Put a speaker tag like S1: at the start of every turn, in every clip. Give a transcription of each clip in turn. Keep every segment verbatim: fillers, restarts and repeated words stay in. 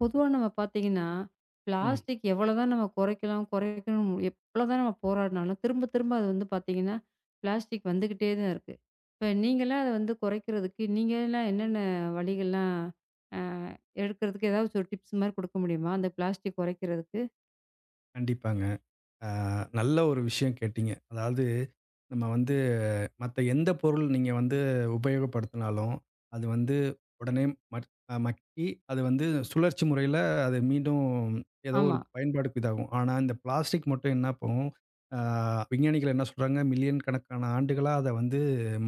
S1: பொதுவா நம்ம பார்த்தீங்கன்னா,
S2: ம்.
S1: பிளாஸ்டிக் எவ்வளோதான் நம்ம குறைக்கலாம், குறைக்கணும் எவ்வளோதான் நம்ம போராடினாலும், திரும்ப திரும்ப அது வந்து பார்த்தீங்கன்னா, பிளாஸ்டிக் வந்துக்கிட்டே தான் இருக்கு. இப்ப நீங்கலாம் அத வந்து குறைக்கிறதுக்கு, நீங்கலாம் என்னென்ன வழிகள்லாம் அ எடுக்கிறதுக்கு ஏதாவது ஒரு டிப்ஸ் மாரி குடுக்க முடியுமா? அந்த பிளாஸ்டிக் குறைக்கிறதுக்கு?
S2: கண்டிப்பாங்க. அ நல்ல ஒரு விஷயம் கேட்டீங்க. அதாவது நம்ம வந்து மத்த எந்த பொருள் நீங்க வந்து உபயோகப்படுத்தினாலும், அது வந்து உடனே மட் அ மக்கி அது வந்து சுழற்சி முறையில அது மீண்டும் ஏதோ ஒரு
S1: ஆமா,
S2: பயன்பாடுக்கு இதாகும். ஆனா, இந்த பிளாஸ்டிக் மட்டும் என்ன பண்ணும்? அ விஞ்ஞானிகள் என்ன சொல்றாங்க, மில்லியன் கணக்கான ஆண்டுகளா அத வந்து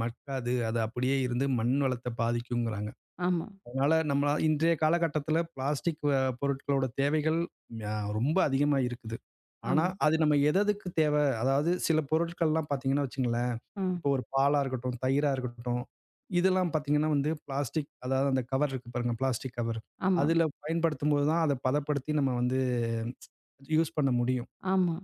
S2: மட்காது. அது அப்படியே இருந்து மண் வளத்த பாதிக்குங்கிறாங்க.
S1: ஆமா,
S2: அதனால நம்ம இன்றைய காலகட்டத்தில பிளாஸ்டிக் அ பொருட்களோட தேவைகள் அ ரொம்ப அதிகமா இருக்குது. ஆனா,
S1: ஆமா,
S2: அது நம்ம எதெதுக்கு தேவ? அதாவது சில பொருட்கள்லாம் பார்த்தீங்கன்னா வச்சுங்களேன்,
S1: ஆ,
S2: இப்போ ஒரு பாலா இருக்கட்டும், தயிரா இருக்கட்டும், இதெல்லாம் பார்த்தீங்கன்னா வந்து பிளாஸ்டிக் அதாவது அந்த கவர் இருக்கு பாருங்க, பிளாஸ்டிக் கவர்.
S1: ஆமா,
S2: அதில பயன்படுத்தும்போது தான் அத பதப்படுத்தி நம்ம வந்து யூஸ் பண்ண முடியும்.
S1: ஆமா,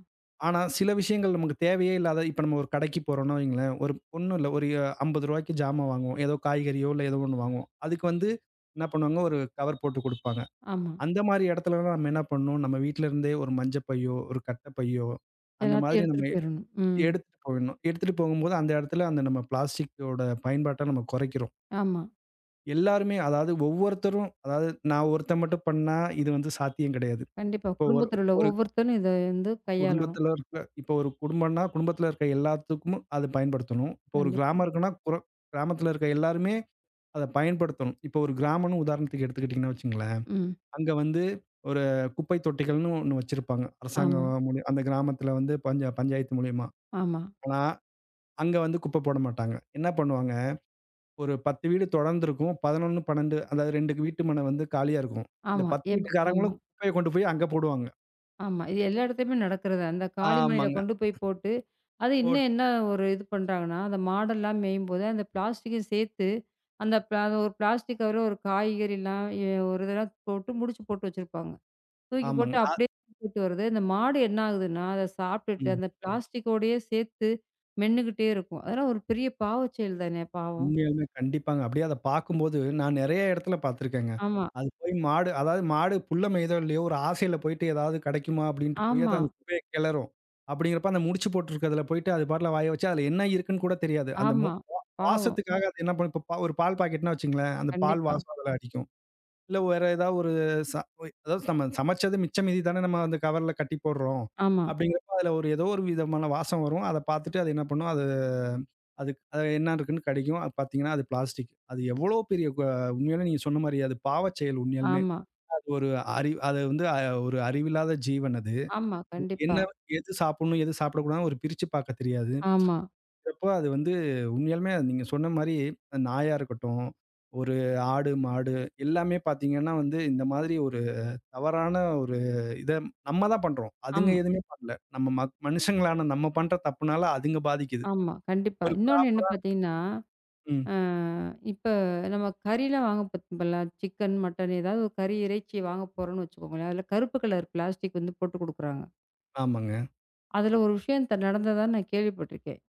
S2: ஆனா, சில விஷயங்கள் நமக்கு தேவையே இல்லாத இப்ப நம்ம ஒரு கடைக்கு போறோம்னா வையுங்களேன், ஒரு ஒண்ணும் இல்ல. ஒரு ரூ. 50க்கு ஜாமான் வாங்குவோம். ஏதோ காய்கறியோ, இல்ல ஏதோ ஒண்ணு வாங்குவோம். அதுக்கு வந்து என்ன பண்ணுவாங்க, ஒரு கவர் போட்டு குடுப்பாங்க.
S1: ஆமா.
S2: அந்த மாரி இடத்துலலாம் நம்ம என்ன பண்ணணும், நம்ம வீட்ல இருந்தே ஒரு மஞ்ச பையோ, ஒரு கட்ட பையோ, அந்த
S1: எல்லாத்தையும்
S2: மாதிரி நம்ம
S1: எடுத்துட்டு போயிரணும். ம்.
S2: எடுத்துட்டு போயிடணும். எடுத்துட்டு போகும்போது அந்த இடத்துல அந்த நம்ம பிளாஸ்டிக்கோட பயன்பாட்ட நம்ம குறைக்கிறோம்.
S1: ஆமா.
S2: எல்லாருமே அதாவது ஒவ்வொருத்தரும் அதாவது நான் ஒருத்தன் மட்டும் பண்ணா இது வந்து சாத்தியம் கிடையாது.
S1: கண்டிப்பா.
S2: இப்போ ஒரு
S1: குடும்பத்தில உள்ள
S2: ஒரு
S1: ஒவ்வொருத்தரும் இத வந்து கையாளணும்.
S2: குடும்பத்துல இருக்க இப்போ ஒரு குடும்பம்னா, குடும்பத்துல இருக்க எல்லாத்துக்கும் அது பயன்படுத்தணும். இப்போ ஒரு
S1: கண்டிப்பா.
S2: கிராமம் இருக்குன்னா, குர கிராமத்துல இருக்க எல்லாருமே அத பயன்படுத்தணும். இப்போ ஒரு கிராமம்னு உதாரணத்துக்கு எடுத்துக்கிட்டீங்கன்னா வச்சுங்களேன்,
S1: ம்.
S2: அங்க வந்து ஒரு குப்பை தொட்டிகள்னு ஒண்ணு வச்சிருப்பாங்க.
S1: ஆமா,
S2: அரசாங்கம் மூலி அந்த கிராமத்துல வந்து பஞ்ச பஞ்சாயத்து மூலியமா.
S1: ஆமா.
S2: ஆனா, அங்க வந்து குப்பை போட மாட்டாங்க. என்ன பண்ணுவாங்க, ஒரு பத்து வீடு தொடர்ந்து இருக்கும். பதினொன்று, பன்னிரண்டு அதாவது ரெண்டு வீட்டு மனை வந்து காலியா இருக்கும். இந்த
S1: ஆமா.
S2: பத்து
S1: எப் ஆமா,
S2: வீட்டுக்காரங்களும் குப்பைய கொண்டு போய் அங்க போடுவாங்க.
S1: ஆமா. இது எல்லா இடத்துலயுமே நடக்கிறது. அந்த காளிமணியில
S2: ஆமாங்க.
S1: கொண்டு போய் போட்டு, அது
S2: போட்
S1: இன்னும் என்ன ஒரு இது பண்றாங்கன்னா, அந்த மாடெல்லாம் மேயும்போது, அந்த பிளாஸ்டிக்கையும் சேர்த்து, அந்த பிளா அது ஒரு பிளாஸ்டிக் கவர்ல ஒரு காய்கறிலாம், எ ஒரு இதெல்லாம் போட்டு முடிச்சு போட்டு வச்சிருப்பாங்க. தூக்கி போட்டு
S2: ஆமாங்க.
S1: அப்படியே போட்டு வருது. இந்த மாடு என்ன ஆகுதுன்னா, அத
S2: அ.
S1: சாப்பிட்டுட்டு அந்த ம். பிளாஸ்டிக்கோடயே சேர்த்து மென்னுகிட்டே இருக்கும். அதெல்லாம் ஒரு பெரிய பாவச் செயல் தானே! பாவம்.
S2: உண்மையாலுமே கண்டிப்பாங்க. அப்படியே அத பார்க்கும்போது, நான் நெறைய இடத்துல பார்த்துருக்கேங்க.
S1: ஆமா,
S2: அது போய் மாடு அதாவது மாடு புல்ல மேயுதோ இல்லையோ, ஒரு ஆசையில போயிட்டு ஏதாவது கெடைக்குமா அப்படின்ட்டு போய் அது
S1: ஆமா,
S2: அந்த குப்பைய கெளரும். அப்படிங்கிறப்ப அந்த முடிச்சு போட்டுருக்கிறதுல போயிட்டு அது பாட்டுல வாய வச்சு அதுல என்ன இருக்குன்னு கூட தெரியாது. அந்த மொ
S1: ஆமா.
S2: வா
S1: பாவம்.
S2: வாசத்துக்காக அது என்ன பண்ணும், இப்ப ஒரு பால் பாக்கெட்னா வச்சுங்களேன், அந்த பால்
S1: கண்டிப்பா.
S2: வாசம் அதுல அடிக்கும். இல்ல வேற ஏதாவது ஒரு ச அதாவது நம்ம சமைச்சது மிச்ச மீதி தானே நம்ம அந்த கவர்ல கட்டி போடுறோம்.
S1: ஆமா,
S2: அப்படிங்கிறப்ப அதுல ஒரு ஏதோ ஒரு விதமான வாசம் வரும். அத பார்த்துட்டு அது என்ன பண்ணும், அது அதுக்கு அது என்ன இருக்குன்னு கிடைக்கும். அது பார்த்தீங்கன்னா, அது பிளாஸ்டிக். அது எவ்வளோ பெரிய க உண்மையாலே நீங்க சொன்ன மாரி அது பாவச் செயல் உண்மையாலுமே.
S1: ஆமா,
S2: அது ஒரு அறி அது வந்து அ ஒரு அறிவில்லாத ஜீவன் அது.
S1: ஆமா.
S2: அதுக்கு
S1: கண்டிப்பா.
S2: என்ன எது சாப்பிடணும், எது சாப்பிடக்கூடாதுன்னு ஒரு பிரிச்சு பார்க்கத் தெரியாது.
S1: ஆமா,
S2: அப்போ அது வந்து உண்மையாலுமே நீங்க சொன்ன மாரி நாயா இருக்கட்டும், ஒரு ஆடு, மாடு எல்லாமே பார்த்தீங்கன்னா வந்து இந்த மாதிரி ஒரு தவறான ஒரு இத நம்ம தான் பண்றோம். அதுங்க
S1: ஆமா,
S2: எதுவுமே பண்ணல. நம்ம ம மனுஷங்களான நம்ம பண்ற தப்புனால அதுங்க பாதிக்குது.
S1: ஆமா. கண்டிப்பா.
S2: ஒரு
S1: இன்னொன்னு என்ன
S2: ப்ராப்பரா
S1: பார்த்தீங்கன்னா,
S2: ம்.
S1: அ இப்ப நம்ம கறிலாம் வாங்க போம்போல சிக்கன், மட்டன் ஏதாவது ஒரு கறி, இறைச்சி வாங்க போறோம்ன்னு வச்சுக்கோங்களேன், அதில கருப்பு கலர் பிளாஸ்டிக் வந்து போட்டு குடுக்குறாங்க.
S2: ஆமாங்க.
S1: அதில ஒரு விஷயம் த நடந்ததா நான் கேள்விப்பட்டுருக்கேன்.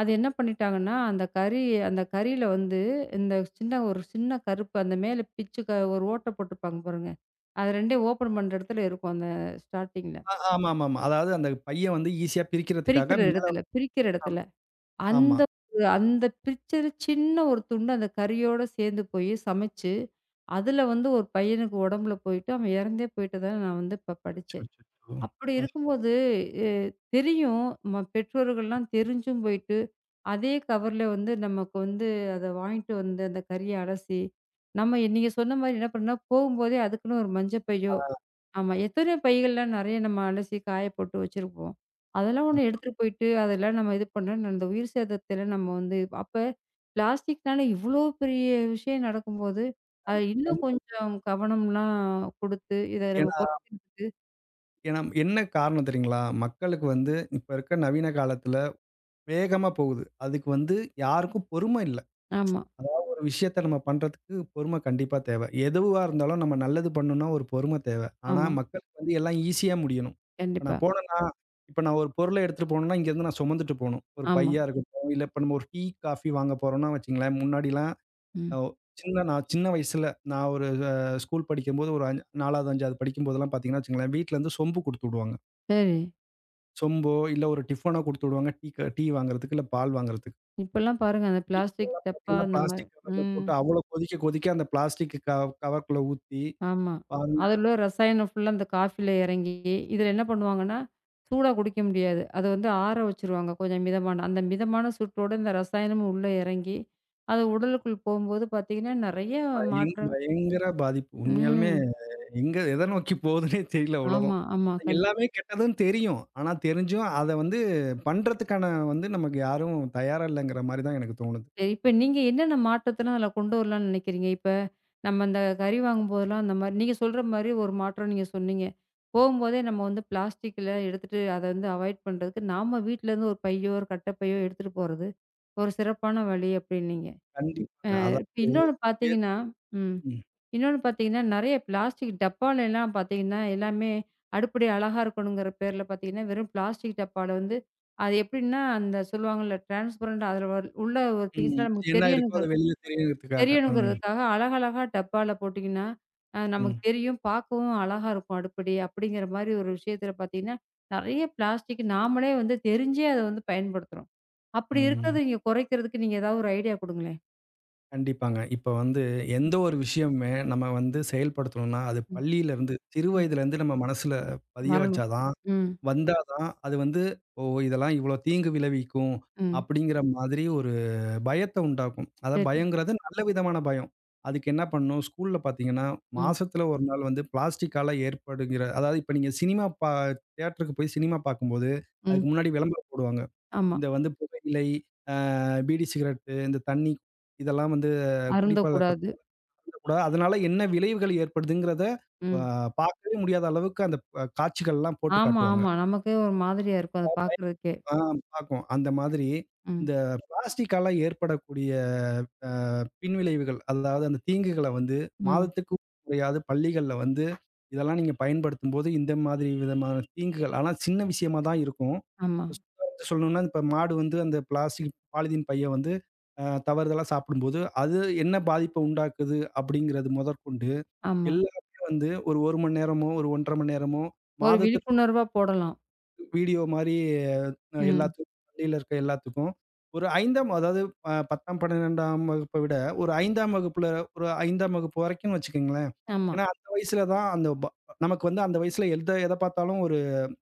S1: அது என்ன பண்ணிட்டாங்கன்னா, அந்த கறி அந்த கறியில வந்து இந்த சின்ன ஒரு சின்ன கருப்பு அந்த மேல பிச்சு க ஒரு ஓட்ட போட்டுருப்பாங்க பாருங்க. அது ரெண்டும் ஓப்பன் பண்ற இடத்துல இருக்கும் அந்த ஸ்டார்ட்டிங்ல.
S2: ஆ ஆமாமாமா. அதாவது அந்த பைய வந்து ஈஸியா பிரிக்கிறதுக்காக
S1: பிரிக்கிற
S2: மேல
S1: இடத்துல பிரிக்கிற இடத்துல.
S2: ஆம் ஆமா.
S1: அந்த ஒரு அந்த பிச்சரு சின்ன ஒரு துண்டு அந்த கறியோட சேர்ந்து போய் சமைச்சு, அதுல வந்து ஒரு பையனுக்கு உடம்புல போயிட்டு, அவன் இறந்தே போயிட்டதா நான் வந்து இப்ப படிச்சேன்.
S2: அச்சச்சோ!
S1: அப்படி
S2: அப்பா!
S1: இருக்கும்போது எ தெரியும். நம்ம பெற்றோர்கள்லாம் தெரிஞ்சும் போயிட்டு, அதே கவர்ல வந்து நமக்கு வந்து அத வாங்கிட்டு வந்து அந்த கறிய அலசி, நம்ம நீங்க சொன்ன மாரி என்ன பண்ணா போகும்போதே அதுக்குன்னு ஒரு மஞ்ச பையோ ஆமா. எத்தனையோ பைகள்லாம் நெறைய நம்ம அலசி காய போட்டு வச்சிருப்போம். அதெல்லாம் ஒண்ணு எடுத்துட்டு போயிட்டு, அதெல்லாம் நம்ம இது பண்ணா, அந்த உயிர் சேதத்தில நம்ம வந்து அப்ப பிளாஸ்டிக்னால இவ்ளோ பெரிய விஷயம் நடக்கும்போது, அது இன்னும்
S2: கண்டிப்பா.
S1: கொஞ்சம் கவனம்லாம் குடுத்து, இத நம்ம
S2: ஏன்னா
S1: குறைக்கிறதுக்கு
S2: ஏன்னா என்ன காரணம் தெரியுங்களா? மக்களுக்கு வந்து இப்ப இருக்க நவீன காலத்துல வேகமா போகுது. அதுக்கு வந்து யாருக்கும் பொறுமை இல்ல.
S1: ஆமா,
S2: அதாவது ஒரு விஷயத்த நம்ம பண்றதுக்கு பொறுமை கண்டிப்பா தேவை. எதுவா இருந்தாலும் நம்ம நல்லது பண்ணணும்னா ஒரு பொறுமை தேவை. ஆனா
S1: ஆமா.
S2: மக்களுக்கு வந்து எல்லாம் ஈஸியா முடியணும். இப்ப
S1: கண்டிப்பா.
S2: நான் போனேன்னா, இப்ப நான் ஒரு பொருள எடுத்துட்டு போணும்னா இங்கேருந்து நான் சுமந்துட்டு போணும். ஒரு
S1: ஆமா.
S2: பையா இருக்கட்டும், இல்ல இப்ப நம்ம ஒரு டீ, காஃபி வாங்க போறோம்னா வச்சுக்கங்களேன், முன்னாடிலாம் அ
S1: ம்.
S2: ஒ சின்ன நான் சின்ன வயசுல நான் ஒரு அ ஸ்கூல் படிக்கும்போது ஒரு அஞ் நாலாவது, அஞ்சாவது படிக்கும்போதெல்லாம் பார்த்தீங்கன்னா வச்சுக்கங்களேன், வீட்லருந்து சொம்பு குடுத்து விடுவாங்க.
S1: சரி.
S2: சொம்போ, இல்ல ஒரு டிஃபனோ குடுத்து விடுவாங்க. டீ க டீ வாங்குறதுக்கு, இல்ல பால் வாங்குறதுக்கு.
S1: இப்பலாம் பாருங்க அந்த பிளாஸ்டிக்
S2: இப்ப
S1: டப்பா
S2: பார்த்தீங்கன்னா,
S1: அந்த மாரி.
S2: பிளாஸ்டிக் கவர்ல
S1: ம்.
S2: போட்டு அவ்வளோ கொதிக்க கொதிக்க அந்த பிளாஸ்டிக் கவ் கவர்க்குள்ள ஊத்தி
S1: ஆமா.
S2: பாருங்க,
S1: அதுல ரசாயனம் ஃபுல்லா அந்த காஃபில எறங்கி, இதுல என்ன பண்ணுவாங்கன்னா, சூடா குடிக்க முடியாது. அத வந்து ஆற வச்சுருவாங்க கொஞ்சம் மிதமான. அந்த மிதமான சூட்டோட இந்த ரசாயனமும் உள்ள எறங்கி, அது உடலுக்குள் போம்போது பாத்தீங்கன்னா, நெறைய
S2: பயங்
S1: மாற்றம்
S2: பயங்கர பாதிப்பு. உண்மையாலுமே
S1: ம்.
S2: எங்க எத நோக்கி போகுதுன்னே தெரியல உலகம்.
S1: ஆமா, ஆமா.
S2: ஆனா
S1: கண்டிப்பா.
S2: எல்லாமே கெட்டதுன்னு தெரியும். ஆனா தெரிஞ்சும் அத வந்து பண்றதுக்கான வந்து நமக்கு யாரும் தயாரா இல்லங்கிற மாரி தான் எனக்கு தோணுது.
S1: சரி. இப்ப நீங்க என்னென்ன மாற்றத்தலாம் அதில கொண்டு வரலான்னு நினைக்கிறீங்க? இப்ப நம்ம அந்த கறி வாங்கும்போதெல்லாம் அந்த மாரி நீங்க சொல்ற மாரி ஒரு மாற்றம் நீங்க சொன்னீங்க. போகும்போதே நம்ம வந்து பிளாஸ்டிக்கில எடுத்துட்டு அத வந்து அவாய்ட் பண்றதுக்கு, நாம வீட்லேருந்து ஒரு பையோ, ஒரு கட்ட பையோ எடுத்துட்டு போறது ஒரு சிறப்பான வழி அப்டின்னீங்க. அ
S2: கண்டிப்பாங்க.
S1: இப்ப
S2: அதாவது
S1: இன்னொன்னு
S2: எ-
S1: பார்த்தீங்கன்னா ம்.
S2: ம்,
S1: இன்னொன்னு பார்த்தீங்கன்னா, நெறைய பிளாஸ்டிக் டப்பாலலாம் பார்த்தீங்கன்னா, எல்லாமே அடுப்படி அழகா இருக்கணுங்கிற பேர்ல பார்த்தீங்கன்னா, வெறும் பிளாஸ்டிக் டப்பால வந்து அது எப்டின்னா, அந்த சொல்லுவாங்கல்ல டிரான்ஸ்பரண்ட் அதில வர் உள்ள ஒரு
S2: ம்.
S1: திங்ஸ்லாம் நமக்கு
S2: என்ன இருக்கோ
S1: தெரியணுங்க
S2: அது வெளில தெரியறதுக்காக. ம்,
S1: தெரியணுங்கிறதுக்காக அழகழகா டப்பால போட்டீங்கன்னா, அ நமக்கு
S2: ம்,
S1: தெரியும். பார்க்கவும் அழகா இருக்கும் அடுப்படி. அப்படிங்கிற மாரி ஒரு விஷயத்துல பார்த்தீங்கன்னா, நெறைய பிளாஸ்டிக் நாமளே வந்து தெரிஞ்சே அத வந்து பயன்படுத்துறோம். அப்படி
S2: ம்.
S1: இருக்கிறத நீங்க குறைக்கிறதுக்கு நீங்க ஏதாவது ஒரு ஐடியா குடுங்களேன்.
S2: கண்டிப்பாங்க. இப்ப வந்து எந்த
S1: ம்,
S2: ஒரு விஷயமுமே நம்ம வந்து செயல்படுத்தணும்னா, அது
S1: ம்,
S2: பள்ளியிலருந்து, சிறு
S1: ம்.
S2: வயதிலருந்து நம்ம மனசுல பதிய வச்சா
S1: வரணும்.
S2: தான்
S1: ம்,
S2: வந்தா தான், அது வந்து "ஓ! இதெல்லாம் இவ்ளோ தீங்கு விளைவிக்கும்."
S1: ம்.
S2: அப்படிங்கிற மாதிரி ஒரு பயத்த உண்டாக்கும். அதான்
S1: சரி.
S2: பயங்கிறது நல்ல விதமான பயம். அதுக்கு என்ன பண்ணணும், ஸ்கூல்ல பார்த்தீங்கன்னா,
S1: ம்,
S2: மாசத்துல ஒரு நாள் வந்து பிளாஸ்டிக்கால ஏற்படுகிற அதாவது இப்ப நீங்க சினிமா பா தியேட்டருக்கு போய் சினிமா பார்க்கும்போது,
S1: ம்.
S2: அதுக்கு முன்னாடி விளம்பரம் போடுவாங்க.
S1: ஆமா.
S2: இந்த வந்து புகையிலை, அ பீடி சிகரெட்டு, இந்த தண்ணி இதெல்லாம் வந்து
S1: அருந்தக்கூடாது.
S2: குடிப்பழக்கத்தால கூடாது. அதனால என்ன விளைவுகள் ஏற்படுதுங்கிறத, அ
S1: ம்.
S2: பார்க்கவே முடியாத அளவுக்கு அந்த அ காட்சிகள்லாம் போட்டு
S1: ஆமா,
S2: காட்டுவாங்க.
S1: ஆமா. நமக்கே ஒரு மாதிரியா இருக்கும். அத பார்க்கறதுக்கே.
S2: ஆ பாக்கும். அந்த மாதிரி
S1: ம்,
S2: இந்த பிளாஸ்டிக்கால ஏற்படக்கூடிய அ பின்விளைவுகள், அதாவது அந்த தீங்குகள வந்து
S1: ம்.
S2: மாதத்துக்கு ஒரு முறையாவது பள்ளிகள்ல வந்து, இதெல்லாம் நீங்க பயன்படுத்தும்போது இந்த மாதிரி விதமான தீங்குகள் ஆனா சின்ன விஷயமா தான் இருக்கும்.
S1: ஆமா,
S2: இப்ப உதாரணத்துக்கு சொல்லணும்னா, இப்ப மாடு வந்து அந்த பிளாஸ்டிக் பாலிதீன் பைய வந்து அ தவறுதலா சாப்பிடும்போது, அது என்ன பாதிப்ப உண்டாக்குது அப்படிங்கிறது முதற்கொண்டு,
S1: ஆமா.
S2: எல்லாமே வந்து ஒரு 1 மணி நேரமோ, ஒரு ஒன்றரை மணி நேரமோ
S1: ஒரு
S2: மாதத்துல
S1: விழிப்புணர்வா போடலாம்.
S2: வீடியோ மாரி அ
S1: ம்.
S2: எல்லாத்துக்கும் பள்ளியில இருக்க எல்லாத்துக்கும். ஒரு அஞ்சாம் அதாவது அ பத்தாம், பன்னிரண்டாம் வகுப்ப விட ஒரு அஞ்சாம் வகுப்புல ஒரு 5ஆம் வகுப்பு வரைக்கும்னு வச்சுக்கங்களேன்.
S1: ஆமா,
S2: ஏன்னா அந்த வயசுல தான் அந்த ப நமக்கு வந்து அந்த வயசுல எத எத பார்த்தாலும் ஒரு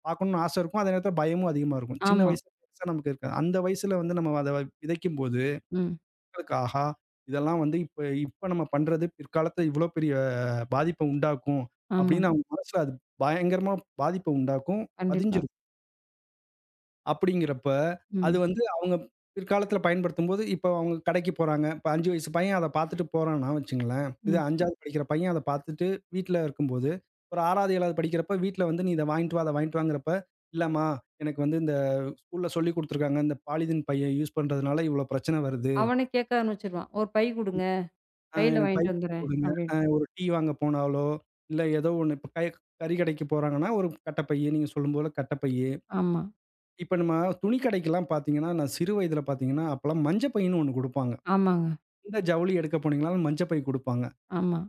S2: பார்க்கணும்னு ஆசை இருக்கும். அதே நேரத்தில பயமும் அதிகமா இருக்கும். சின்ன
S1: ஆமா.
S2: வயசு பெருசா நமக்கு இருக்காது. அந்த வயசுல வந்து நம்ம அத விதைக்கும்போது,
S1: ம்.
S2: ஆஹா! இதெல்லாம் வந்து இப்ப இப்ப நம்ம பண்றது பிற்காலத்துல இவ்ளோ பெரிய பாதிப்ப உண்டாக்கும்.
S1: ஆமா.
S2: அப்படின்னு அவங்க மனசுல அது பயங்கரமா பாதிப்ப உண்டாக்கும்.
S1: கண்டிப்பா.
S2: பதிஞ்சிரும். அப்படிங்கிறப்ப, அது
S1: ம்.
S2: வந்து அவங்க பிற்காலத்தில பயன்படுத்தும்போது, இப்ப அவங்க கடைக்கு போறாங்க. இப்ப அஞ்சு வயசு பையன் அத பார்த்துட்டு போறான்னா வச்சுங்களேன், இது
S1: ம்.
S2: அஞ்சாவது படிக்கிற பையன் அத பார்த்துட்டு வீட்ல இருக்கும்போது, ஒரு ஆறாவது, ஏழாவது படிக்கிறப்ப வீட்ல வந்து "நீ இத வாங்கிட்டு வா, அத வாங்கிட்டு வாங்கிறப்ப" "இல்லம்மா, எனக்கு வந்து இந்த ஸ்கூல்ல சொல்லிக் குடுத்துருக்காங்க. இந்த பாலிதீன் பைய யூஸ் பண்றதுனால இவ்வளோ பிரச்சனை வருது.
S1: அவனே கேட்க ஆரம்பிச்சுருவான். "ஒரு பை குடுங்க.
S2: அ
S1: பையில
S2: எனக்கு பை
S1: வாங்கிட்டு
S2: குடுத்து
S1: வந்துர்றேன்"
S2: விடுங்க." அ
S1: அப்படின்ட்டு.
S2: ஒரு டீ வாங்க போனாலோ, இல்ல ஏதோ ஒண்ணு இப்ப கை கறி கடைக்கு போறாங்கன்னா, ஒரு கட்டப்பையி நீங்க சொல்லும் போல கட்டப்பையி.
S1: ஆமா.
S2: இப்ப நம்ம துணி கடைக்கெல்லாம் பார்த்தீங்கன்னா, நான் சிறு வயதில பார்த்தீங்கன்னா, அப்பலாம் மஞ்ச பைன்னு ஒண்ணு குடுப்பாங்க.
S1: ஆமாங்க.
S2: எந்த ஜவுளி எடுக்க போனீங்கனாலும் மஞ்ச பை குடுப்பாங்க.
S1: ஆமா.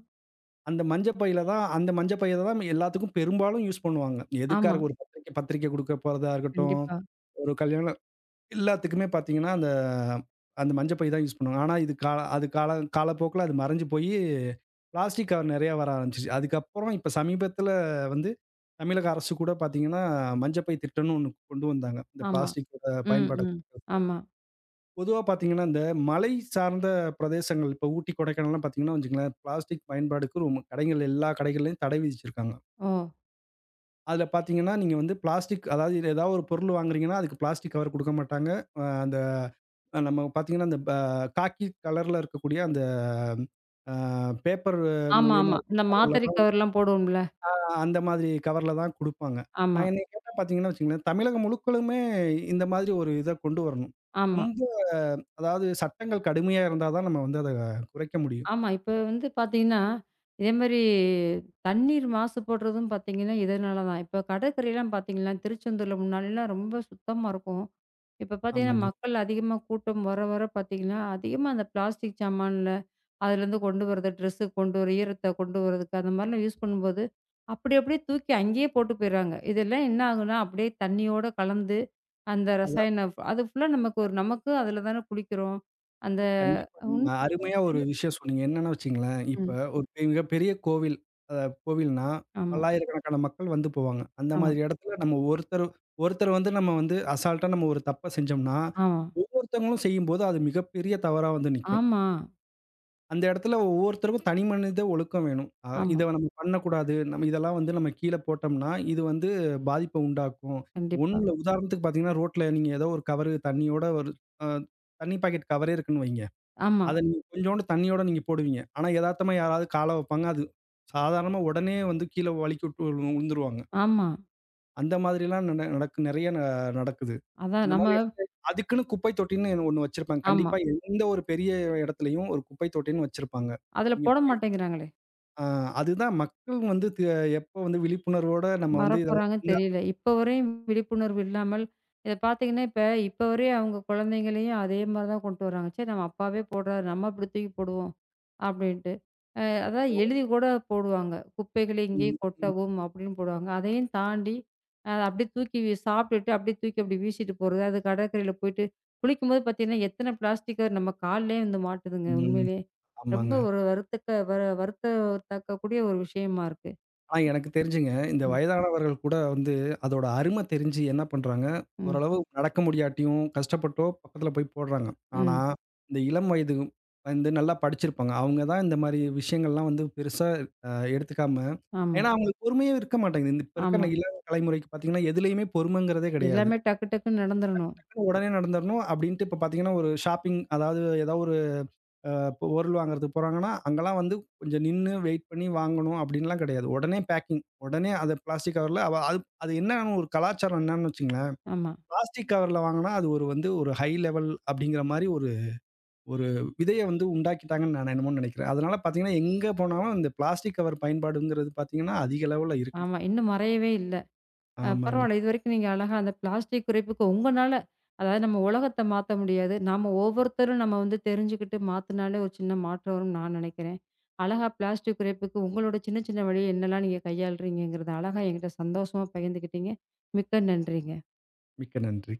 S2: அந்த மஞ்ச பையில தான் அந்த மஞ்ச பைய தான் எல்லாத்துக்கும் பெரும்பாலும் யூஸ் பண்ணுவாங்க. எதுக்கா
S1: ஆமா.
S2: இருக்கும் ஒரு பத்திரிக்கை பத்திரிக்கை குடுக்க போறதா இருக்கட்டும்,
S1: கண்டிப்பா.
S2: ஒரு கல்யாணம் எல்லாத்துக்குமே பார்த்தீங்கன்னா, அந்த அந்த மஞ்ச பை தான் யூஸ் பண்ணுவாங்க. ஆனா இது கால அது கால காலப்போக்குல அது மறைஞ்சு போயி, பிளாஸ்டிக் கவர் நெறையா வர ஆரம்பிச்சுச்சு. அதுக்கப்புறம் இப்ப சமீபத்தில வந்து தமிழக அரசு கூட பார்த்தீங்கன்னா, மஞ்ச பை திட்டம்னு ஒண்ணு கொண்டு வந்தாங்க. இந்த
S1: ஆமா.
S2: பிளாஸ்டிக்கோட
S1: ம்.
S2: பயன்பாட
S1: ம். ஆமா.
S2: பொதுவா பார்த்தீங்கன்னா, இந்த மலை சார்ந்த பிரதேசங்கள் இப்ப ஊட்டி, கொடைக்கானல்லாம் பார்த்தீங்கன்னா வச்சுக்கங்களேன், பிளாஸ்டிக் பயன்பாடுக்கு ரொம்ப கடைகள் எல்லா கடைகள்லயும் தடை விதிச்சிருக்காங்க.
S1: ஓ!
S2: அதுல பார்த்தீங்கன்னா, நீங்க வந்து பிளாஸ்டிக் அதாவது இது ஏதாவது ஒரு பொருள் வாங்குறீங்கன்னா, அதுக்கு பிளாஸ்டிக் கவர் குடுக்க மாட்டாங்க. அ அந்த அஹ் நம்ம பார்த்தீங்கன்னா, அந்த ப காக்கி கலர்ல இருக்கக்கூடிய அந்த அ பேப்பர்
S1: ஆமா,
S2: மூலியமா
S1: ஆமா.
S2: இருக்க
S1: இந்த
S2: கவர்ல
S1: மாத்தரை
S2: தான்
S1: கவர்லாம் போடுவோம்ல.
S2: ஆ அந்த மாதிரி கவர்ல தான் குடுப்பாங்க.
S1: ஆமா.
S2: நான் என்னைய கேட்டா பார்த்தீங்கன்னா வச்சுக்கங்களேன், தமிழகம் முழுக்களுமே இந்த மாதிரி ஒரு இத கொண்டு வரணும்.
S1: ஆமா.
S2: ரொம்ப அதாவது சட்டங்கள் கடுமையா இருந்தா தான் நம்ம வந்து அத குறைக்க முடியும்.
S1: ஆமா. இப்ப வந்து பார்த்தீங்கன்னா, இதே மாரி தண்ணீர் மாசுபடுறதும் பார்த்தீங்கன்னா, இதனால தான். இப்ப கடற்கரைலாம் பார்த்தீங்கன்னா, திருச்செந்தூர்ல முன்னாடிலாம் ரொம்ப சுத்தமா இருக்கும். இப்ப பார்த்தீங்கன்னா,
S2: ஆமாங்க.
S1: மக்கள் அதிகமா கூட்டம் வர, வர பார்த்தீங்கன்னா, அதிகமா அந்த பிளாஸ்டிக் சாமான்ல அதுலேருந்து கொண்டு வரது, ட்ரெஸ்ஸு கொண்டு வர ஈரத்த கொண்டு வரதுக்கு அந்த மாதிரிலாம் யூஸ் பண்ணும்போது, அப்படி அப்படியே தூக்கி அங்கேயே போட்டு போயிடுறாங்க. இதெல்லாம் என்ன ஆகும்னா, அப்படியே தண்ணியோட கலந்து அந்த
S2: அதான்
S1: ரசாயன ஃப் அது ஃபுல்லா நமக்கு ஒரு நமக்கு அதில தானே குளிக்கிறோம். அந்த
S2: கண்டிப்பா நீங்க
S1: உண்மை
S2: அருமையா ஒரு விஷயம் சொன்னீங்க. என்னன்னு வச்சுங்களேன், இப்ப
S1: ம்.
S2: ஒரு பெ- மிகப்பெரிய கோவில் அ கோவில்னா,
S1: ஆமா,
S2: பல்லாயிரக்கணக்கான மக்கள் வந்து போவாங்க. அந்த
S1: ஆமா,
S2: மாதிரி இடத்துல நம்ம ஒருத்தர் ஒருத்தர் வந்து நம்ம வந்து அசால்ட்டா நம்ம ஒரு தப்ப செஞ்சோம்னா,
S1: ஆமா,
S2: ஒவ்வொருத்தவங்களும் செய்யும்போது அது மிகப்பெரிய தவறா வந்து நிக்கும்.
S1: ஆமா,
S2: அந்த இடத்துல ஒவ்வொருத்தருக்கும் தனி மனித ஒழுக்கம் வேணும். அ
S1: ஆமா.
S2: இத நம்ம பண்ணக்கூடாது. நம்ம இதெல்லாம் வந்து நம்ம கீழ போட்டோம்னா, இது வந்து பாதிப்ப உண்டாக்கும்.
S1: கண்டிப்பா.
S2: ஒண்ணுல உதாரணத்துக்கு பார்த்தீங்கன்னா, ரோட்ல நீங்க ஏதோ ஒரு கவரு தண்ணியோட ஒரு அ தண்ணி பாக்கெட் கவரே இருக்குன்னு வைங்க.
S1: ஆமா,
S2: அத நீங்க கொஞ்சோண்டு தண்ணியோட நீங்க போடுவீங்க. ஆனா எதார்த்தமா யாராவது கால வைப்பாங்க. அது சாதாரணமா உடனே வந்து கீழ வழுக்கி விட்டு விழு விழுந்துருவாங்க.
S1: ஆமா.
S2: அந்த மாதிரிலாம் நட நடக்கு நெறைய ந நடக்குது.
S1: அதான்
S2: அந்த
S1: நம்ம
S2: மாதிரி இடத்துல அதுக்குன்னு குப்பை தொட்டின்னு ஒண்ணு வச்சிருப்பாங்க.
S1: ஆமா.
S2: கண்டிப்பா எந்த ஒரு பெரிய இடத்துலயும் ஒரு குப்பை தொட்டின்னு வச்சிருப்பாங்க.
S1: அதில
S2: நீங்க
S1: போட
S2: பயன்
S1: மாட்டேங்கிறாங்களே!
S2: அ அதுதான் மக்கள் வந்து தி எப்போ வந்து விழிப்புணர்வோட நம்ம வந்து இதெல்லாம்
S1: வரப்போறாங்கன்னு
S2: பண்ணா
S1: தெரியல. இப்ப வரையும் விழிப்புணர்வு இல்லாமல் இத பார்த்தீங்கன்னா, இப்ப இப்ப வரையும் அவங்க குழந்தைங்களையும் அதே மாரி தான் கொண்டு வராங்க. சரி நம்ம அப்பாவே போடுறாரு. நம்ம அப்படி தூக்கி போடுவோம் அப்படின்ட்டு. அ அதான் எழுதி கூட போடுவாங்க. குப்பைகளை இங்கேயே
S2: ம்,
S1: கொட்டவும் அப்படின்னு போடுவாங்க. அதையும் தாண்டி அ அப்படியே தூக்கி வி சாப்பிட்டுட்டு அப்படியே தூக்கி அப்படி வீசிட்டு போறது. அது கடற்கரையில போயிட்டு குளிக்கும்போது பார்த்தீங்கன்னா, எத்தன பிளாஸ்டிக் கவர் நம்ம கால்லயே வந்து மாட்டுதுங்க
S2: ம்.
S1: உண்மையிலேயே.
S2: ஆமாங்க.
S1: ரொம்ப ஒரு வருத்தக்க வ வருத்தத்தக்கக்கூடிய ஒரு விஷயமா இருக்கு.
S2: ஆனா எனக்கு தெரிஞ்சுங்க, இந்த
S1: ம்.
S2: வயதானவர்கள் கூட வந்து அதோட அரும தெரிஞ்சு என்ன பண்றாங்க,
S1: ம்,
S2: ஓரளவு நடக்க முடியாட்டியும் கஷ்டப்பட்டோ பக்கத்துல போய் போடுறாங்க. ஆனா,
S1: ம்.
S2: இந்த இளம் வயது வந்து நல்லா படிச்சிருப்பாங்க. அவங்க தான் இந்த மாரி விஷயங்கள்லாம் வந்து பெருசா அ எடுத்துக்காம
S1: ஆமா.
S2: ஏன்னா அவங்களுக்கு பொறுமையே இருக்க மாட்டேங்குது. இந்த இப்ப இருக்க
S1: ஆமா.
S2: இளம் தலைமுறைக்கு பார்த்தீங்கன்னா, எதுலயுமே பொறுமைங்கிறதே கிடையாது.
S1: எல்லாமே டக்கு டக்குன்னு நடந்துரணும்.
S2: உடனே நடந்துரணும் அப்படின்ட்டு இப்ப பார்த்தீங்கன்னா, ஒரு ஷாப்பிங் அதாவது ஏதாவது ஒரு அ இப்போ பொருள் வாங்குறதுக்கு போறாங்கன்னா, அங்கலாம் வந்து கொஞ்சம் நின்னு வெயிட் பண்ணி வாங்கணும் அப்டின்லாம் கிடையாது. உடனே பேக்கிங். உடனே அத பிளாஸ்டிக் கவர்ல அவ அது அது என்னன்னு ஒரு கலாச்சாரம் என்னன்னு வச்சுக்கங்களேன்.
S1: ஆமா,
S2: பிளாஸ்டிக் கவர்ல வாங்குனா அது ஒரு வந்து ஒரு ஹை லெவல் அப்டிங்கிற மாரி ஒரு ஒரு விதைய வந்து உண்டாக்கிட்டாங்கன்னு நான் என்னமோ நெனைக்கிறேன். அதனால பார்த்தீங்கன்னா, எங்க போனாலும் இந்த பிளாஸ்டிக் கவர் பயன்பாடுங்கிறது பார்த்தீங்கன்னா, அதிக லெவல்ல இருக்குது.
S1: ஆமா. இன்னும் மறையவே இல்ல. அ
S2: ஆமாங்க.
S1: பரவால்ல. இதுவரைக்கும் நீங்க அழகா அந்த பிளாஸ்டிக் குறைப்புக்கு உங்கனால அதாவது நம்ம உலகத்த மாத்த முடியாது. நாம ஒவ்வொருத்தரும் நம்ம வந்து தெரிஞ்சுக்கிட்டு மாத்துனாலே ஒரு சின்ன மாற்றம் வரும்னு நான் நெனைக்கிறேன். அழகா பிளாஸ்டிக் குறைப்புக்கு உங்களோட சின்ன சின்ன வழி என்னலாம் நீங்க கையாளுறீங்கங்கிறத அழகா என்கிட்ட சந்தோஷமா பகிர்ந்துக்கிட்டீங்க. மிக்க நன்றி.
S2: மிக்க நன்றி.